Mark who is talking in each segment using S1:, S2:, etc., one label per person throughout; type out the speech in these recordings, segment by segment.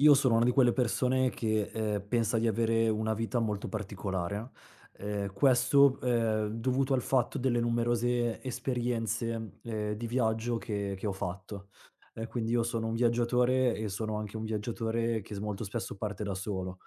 S1: Io sono una di quelle persone che, pensa di avere una vita molto particolare, questo, dovuto al fatto delle numerose esperienze, di viaggio che ho fatto. Quindi io sono un viaggiatore e sono anche un viaggiatore che s molto spesso parte da solo.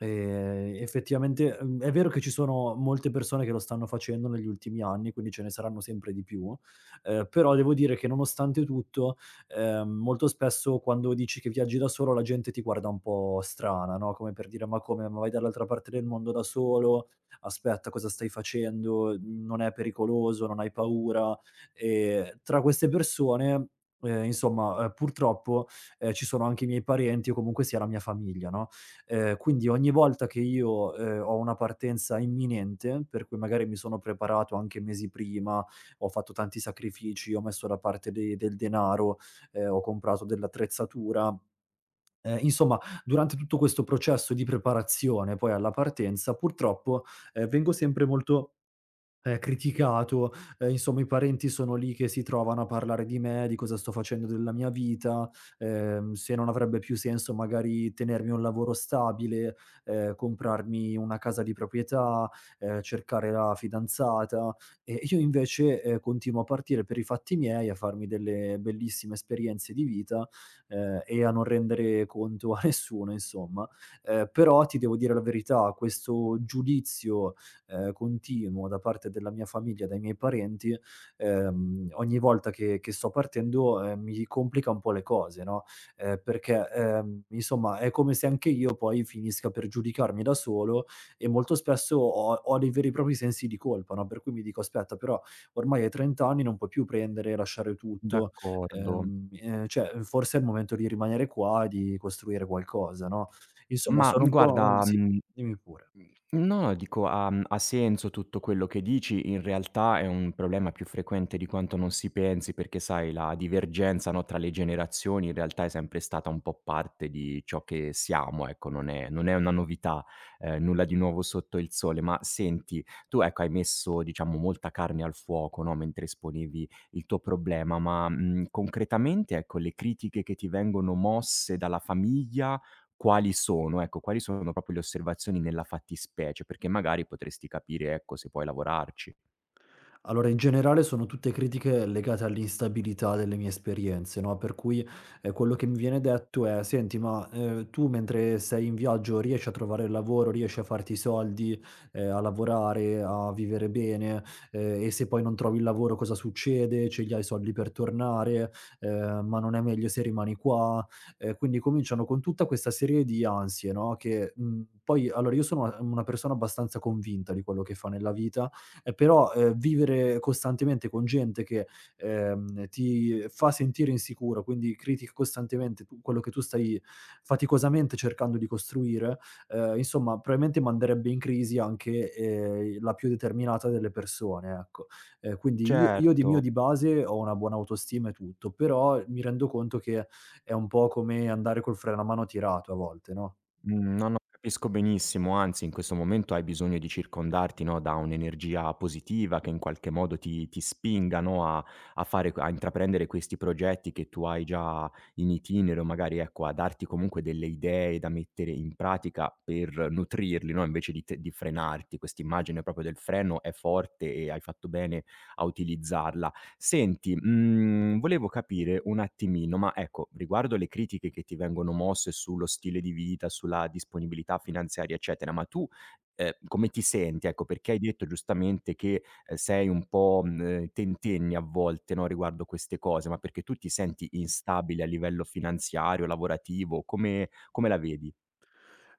S1: Effettivamente, è vero che ci sono molte persone che lo stanno facendo negli ultimi anni, quindi ce ne saranno sempre di più, però devo dire che nonostante tutto molto spesso quando dici che viaggi da solo la gente ti guarda un po' strana, no, come per dire: "Ma come? Ma vai dall'altra parte del mondo da solo? Aspetta, cosa stai facendo? Non è pericoloso? Non hai paura?" Tra queste persone, insomma, purtroppo, ci sono anche i miei parenti o comunque sia la mia famiglia, no, quindi ogni volta che io, ho una partenza imminente, per cui magari mi sono preparato anche mesi prima, ho fatto tanti sacrifici, ho messo da parte de del denaro, ho comprato dell'attrezzatura. Insomma, durante tutto questo processo di preparazione poi alla partenza, purtroppo, vengo sempre molto criticato, insomma i parenti sono lì che si trovano a parlare di me, di cosa sto facendo della mia vita, se non avrebbe più senso magari tenermi un lavoro stabile, comprarmi una casa di proprietà, cercare la fidanzata. E io invece, continuo a partire per i fatti miei, a farmi delle bellissime esperienze di vita, e a non rendere conto a nessuno insomma. Però ti devo dire la verità, questo giudizio, continuo da parte della mia famiglia, dai miei parenti, ogni volta che sto partendo, mi complica un po' le cose, no, perché, insomma è come se anche io poi finisca per giudicarmi da solo e molto spesso ho dei veri e propri sensi di colpa, no, per cui mi dico: "Aspetta, però ormai hai 30 anni, non puoi più prendere e lasciare tutto,
S2: D'accordo.
S1: cioè forse è il momento di rimanere qua e di costruire qualcosa", no. Insomma
S2: Ma,
S1: sono un
S2: guarda,
S1: po' sì,
S2: mhmm,
S1: dimmi pure.
S2: no, no, dico ha senso tutto quello che dici. In realtà è un problema più frequente di quanto non si pensi, perché sai la divergenza, no, tra le generazioni in realtà è sempre stata un po' parte di ciò che siamo, ecco, non è una novità, nulla di nuovo sotto il sole. Ma senti, tu ecco hai messo diciamo molta carne al fuoco, no, mentre esponevi il tuo problema, ma, concretamente, ecco, le critiche che ti vengono mosse dalla famiglia quali sono, ecco, quali sono proprio le osservazioni nella fattispecie, perché magari potresti capire, ecco, se puoi lavorarci.
S1: Allora, in generale sono tutte critiche legate all'instabilità delle mie esperienze, no, per cui, quello che mi viene detto è: "Senti, ma, tu mentre sei in viaggio riesci a trovare il lavoro, riesci a farti i soldi, a lavorare, a vivere bene, e se poi non trovi il lavoro cosa succede? Ce li hai i soldi per tornare? Ma non è meglio se rimani qua?" Quindi cominciano con tutta questa serie di ansie, no, che, poi allora io sono una persona abbastanza convinta di quello che fa nella vita, però, vivere costantemente con gente che, ti fa sentire insicuro, quindi critica costantemente tu quello che tu stai faticosamente cercando di costruire, insomma probabilmente manderebbe in crisi anche, la più determinata delle persone, ecco. Quindi io di mio
S2: Certo.
S1: di base ho una buona autostima e tutto, però mi rendo conto che è un po' come andare col freno a mano tirato a volte, no?
S2: Mhmm, no, no, capisco benissimo, anzi in questo momento hai bisogno di circondarti, no, da un'energia positiva che in qualche modo ti spinga, no, a a fare a intraprendere questi progetti che tu hai già in itinere o magari, ecco, a darti comunque delle idee da mettere in pratica per nutrirli, no, invece di te di frenarti. Quest'immagine proprio del freno è forte e hai fatto bene a utilizzarla. Senti, volevo capire un attimino, ma ecco, riguardo le critiche che ti vengono mosse sullo stile di vita, sulla disponibilità finanziaria, eccetera, ma tu, come ti senti? Ecco, perché hai detto giustamente che, sei un po', tentenni a volte, no, riguardo queste cose, ma perché tu ti senti instabile a livello finanziario, lavorativo? Come la vedi?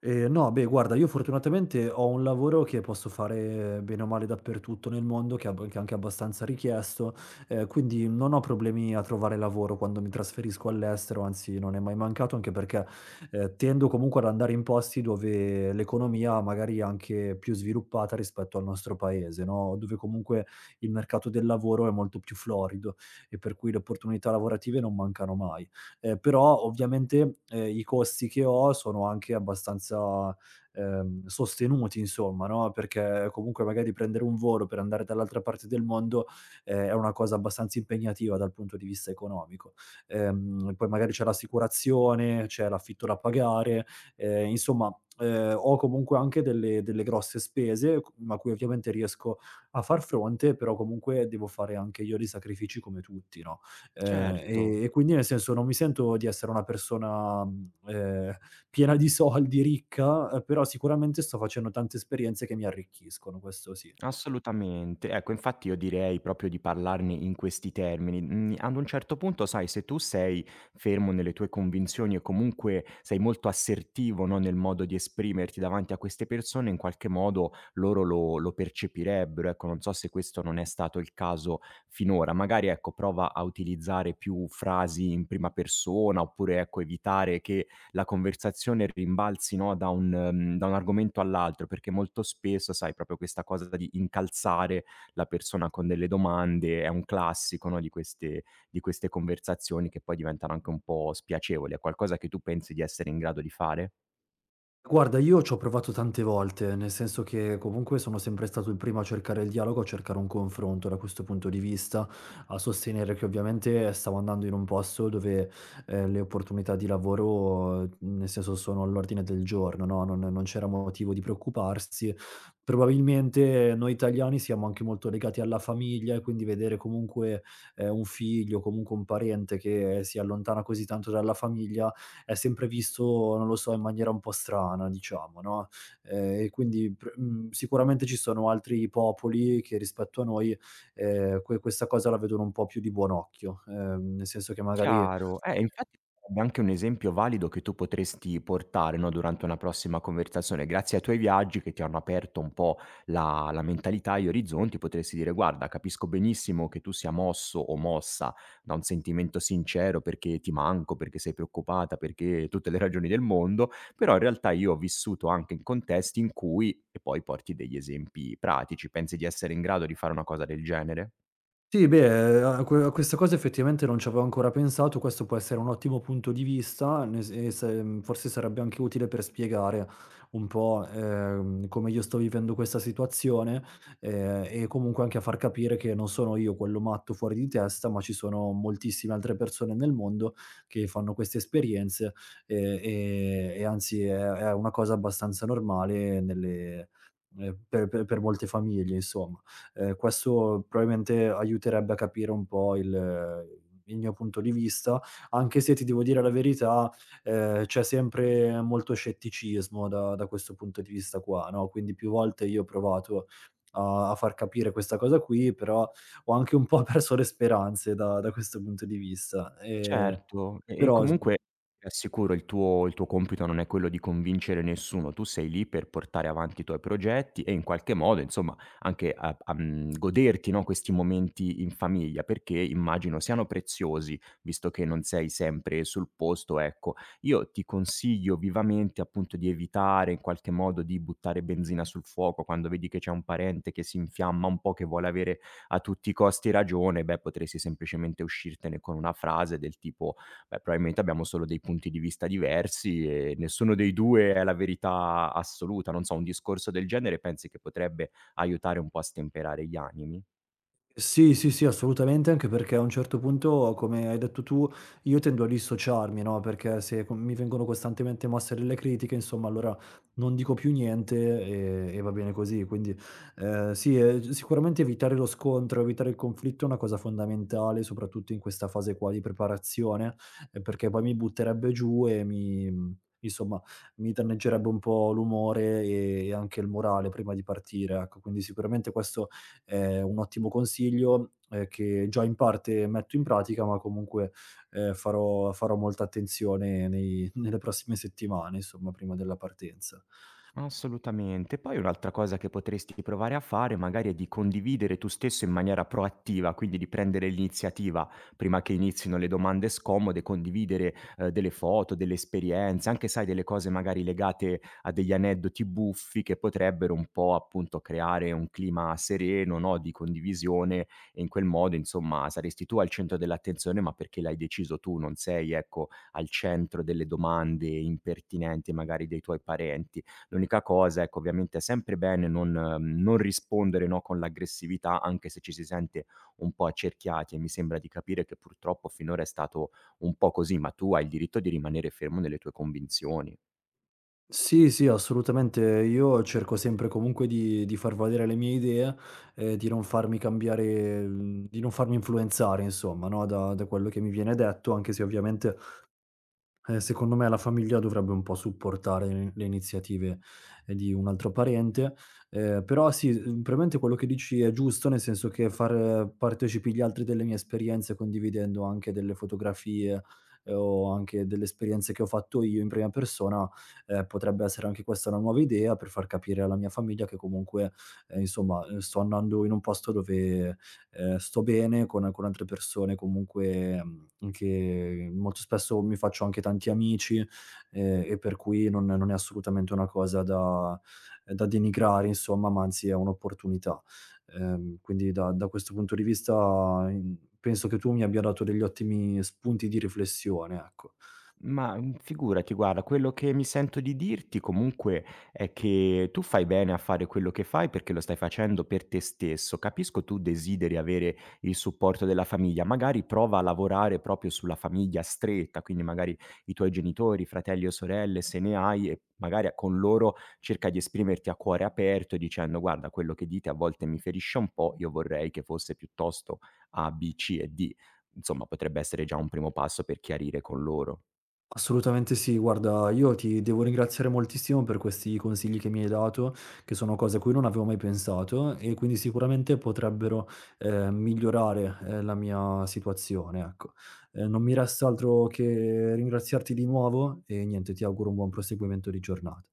S1: No, beh, guarda, io fortunatamente ho un lavoro che posso fare bene o male dappertutto nel mondo, che è anche abbastanza richiesto. Quindi non ho problemi a trovare lavoro quando mi trasferisco all'estero, anzi non è mai mancato, anche perché, tendo comunque ad andare in posti dove l'economia magari è anche più sviluppata rispetto al nostro paese, no, dove comunque il mercato del lavoro è molto più florido e per cui le opportunità lavorative non mancano mai. Però ovviamente, i costi che ho sono anche abbastanza, sostenuti insomma, no, perché comunque magari prendere un volo per andare dall'altra parte del mondo, è una cosa abbastanza impegnativa dal punto di vista economico. Poi magari c'è l'assicurazione, c'è l'affitto da pagare, insomma, ho comunque anche delle grosse spese c a cui ovviamente riesco a far fronte, però comunque devo fare anche io dei sacrifici come tutti, no? Ehm, e
S2: Certo.
S1: e quindi nel senso non mi sento di essere una persona, piena di soldi, ricca, però sicuramente sto facendo tante esperienze che mi arricchiscono, questo sì.
S2: Assolutamente. Ecco, infatti io direi proprio di parlarne in questi termini. Mhmm, Ad un certo punto, sai, se tu sei fermo nelle tue convinzioni e comunque sei molto assertivo, no, nel modo di esprimerti davanti a queste persone, in qualche modo loro lo percepirebbero. Ecco, non so se questo non è stato il caso finora. Magari, ecco, prova a utilizzare più frasi in prima persona, oppure, ecco, evitare che la conversazione rimbalzi, no, da un argomento all'altro, perché molto spesso, sai, proprio questa cosa di incalzare la persona con delle domande è un classico, no, di queste conversazioni che poi diventano anche un po' spiacevoli. È qualcosa che tu pensi di essere in grado di fare?
S1: Guarda, io c'ho provato tante volte, nel senso che comunque sono sempre stato il primo a cercare il dialogo, a cercare un confronto da questo punto di vista, a sostenere che ovviamente stavo andando in un posto dove le opportunità di lavoro, nel senso, sono all'ordine del giorno, no? Non c'era motivo di preoccuparsi. Probabilmente noi italiani siamo anche molto legati alla famiglia e quindi vedere comunque un figlio, comunque un parente che si allontana così tanto dalla famiglia è sempre visto, non lo so, in maniera un po' strana, diciamo, no, e quindi sicuramente ci sono altri popoli che rispetto a noi, questa cosa la vedono un po' più di buon occhio, nel senso che magari.
S2: Chiaro, infatti sarebbe anche un esempio valido che tu potresti portare, no, durante una prossima conversazione. Grazie ai tuoi viaggi che ti hanno aperto un po' la mentalità e gli orizzonti, potresti dire: "Guarda, capisco benissimo che tu sia mosso o mossa da un sentimento sincero perché ti manco, perché sei preoccupata, perché tutte le ragioni del mondo, però in realtà io ho vissuto anche in contesti in cui" e poi porti degli esempi pratici. Pensi di essere in grado di fare una cosa del genere?
S1: Sì, beh, a questa cosa effettivamente non ci avevo ancora pensato, questo può essere un ottimo punto di vista, nel s e se mhmm, forse sarebbe anche utile per spiegare un po', come io sto vivendo questa situazione, e comunque anche a far capire che non sono io quello matto fuori di testa, ma ci sono moltissime altre persone nel mondo che fanno queste esperienze, e anzi è una cosa abbastanza normale nelle, per molte famiglie, insomma. Questo probabilmente aiuterebbe a capire un po' il mio punto di vista, anche se ti devo dire la verità, c'è sempre molto scetticismo da questo punto di vista qua, no, quindi più volte io ho provato a far capire questa cosa qui, però ho anche un po' perso le speranze da questo punto di vista,
S2: Certo, e
S1: però. S
S2: comunque ti assicuro il tuo compito non è quello di convincere nessuno, tu sei lì per portare avanti i tuoi progetti e in qualche modo insomma anche a goderti, no, questi momenti in famiglia, perché immagino siano preziosi, visto che non sei sempre sul posto, ecco. Io ti consiglio vivamente appunto di evitare in qualche modo di buttare benzina sul fuoco quando vedi che c'è un parente che si infiamma un po', che vuole avere a tutti i costi ragione, beh, potresti semplicemente uscirtene con una frase del tipo: "Beh, probabilmente abbiamo solo dei punti di vista diversi e nessuno dei due è la verità assoluta." Non so, un discorso del genere pensi che potrebbe aiutare un po' a stemperare gli animi?
S1: Sì, sì, sì, assolutamente, anche perché a un certo punto, come hai detto tu, io tendo a dissociarmi, no, perché se co mi vengono costantemente mosse delle critiche, insomma, allora non dico più niente e va bene così. Quindi, sì, sicuramente evitare lo scontro, evitare il conflitto è una cosa fondamentale, soprattutto in questa fase qua di preparazione, perché poi mi butterebbe giù e mi insomma, mi danneggerebbe un po' l'umore e anche il morale prima di partire, ecco. Quindi sicuramente questo è un ottimo consiglio, che già in parte metto in pratica, ma comunque, farò molta attenzione nei nelle prossime settimane, insomma, prima della partenza.
S2: Assolutamente. Poi un'altra cosa che potresti provare a fare magari è di condividere tu stesso in maniera proattiva, quindi di prendere l'iniziativa prima che inizino le domande scomode, condividere delle foto, delle esperienze, anche sai delle cose magari legate a degli aneddoti buffi che potrebbero un po' appunto creare un clima sereno, no? Di condivisione e in quel modo insomma saresti tu al centro dell'attenzione ma perché l'hai deciso tu, non sei ecco al centro delle domande impertinenti magari dei tuoi parenti. L'unica cosa, ecco, ovviamente è sempre bene non rispondere, no, con l'aggressività, anche se ci si sente un po' accerchiati e mi sembra di capire che purtroppo finora è stato un po' così, ma tu hai il diritto di rimanere fermo nelle tue convinzioni.
S1: Sì, sì, assolutamente. Io cerco sempre comunque di far valere le mie idee, di non farmi cambiare, di non farmi influenzare insomma, no, da quello che mi viene detto, anche se ovviamente. Secondo me la famiglia dovrebbe un po' supportare le iniziative, di un altro parente, però sì, premente quello che dici è giusto, nel senso che far partecipi gli altri delle mie esperienze, condividendo anche delle fotografie, o anche delle esperienze che ho fatto io in prima persona, potrebbe essere anche questa una nuova idea per far capire alla mia famiglia che comunque, insomma, sto andando in un posto dove sto bene con altre persone comunque, che molto spesso mi faccio anche tanti amici, e per cui non è assolutamente una cosa da, da denigrare insomma, ma anzi è un'opportunità. Quindi da questo punto di vista, in penso che tu mi abbia dato degli ottimi spunti di riflessione, ecco.
S2: Ma, figurati guarda, quello che mi sento di dirti comunque è che tu fai bene a fare quello che fai perché lo stai facendo per te stesso. Capisco tu desideri avere il supporto della famiglia, magari prova a lavorare proprio sulla famiglia stretta, quindi magari i tuoi genitori, fratelli o sorelle se ne hai e magari a con loro cerca di esprimerti a cuore aperto dicendo: "Guarda quello che dite a volte mi ferisce un po', io vorrei che fosse piuttosto A, B, C e D." Insomma potrebbe essere già un primo passo per chiarire con loro.
S1: Assolutamente sì, guarda, io ti devo ringraziare moltissimo per questi consigli che mi hai dato, che sono cose a cui non avevo mai pensato e quindi sicuramente potrebbero, migliorare, la mia situazione, ecco. Non mi resta altro che ringraziarti di nuovo e niente, ti auguro un buon proseguimento di giornata.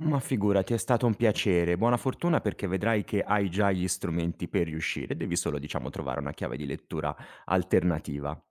S2: Ma figurati, è stato un piacere. Buona fortuna perché vedrai che hai già gli strumenti per riuscire, devi solo, diciamo, trovare una chiave di lettura alternativa.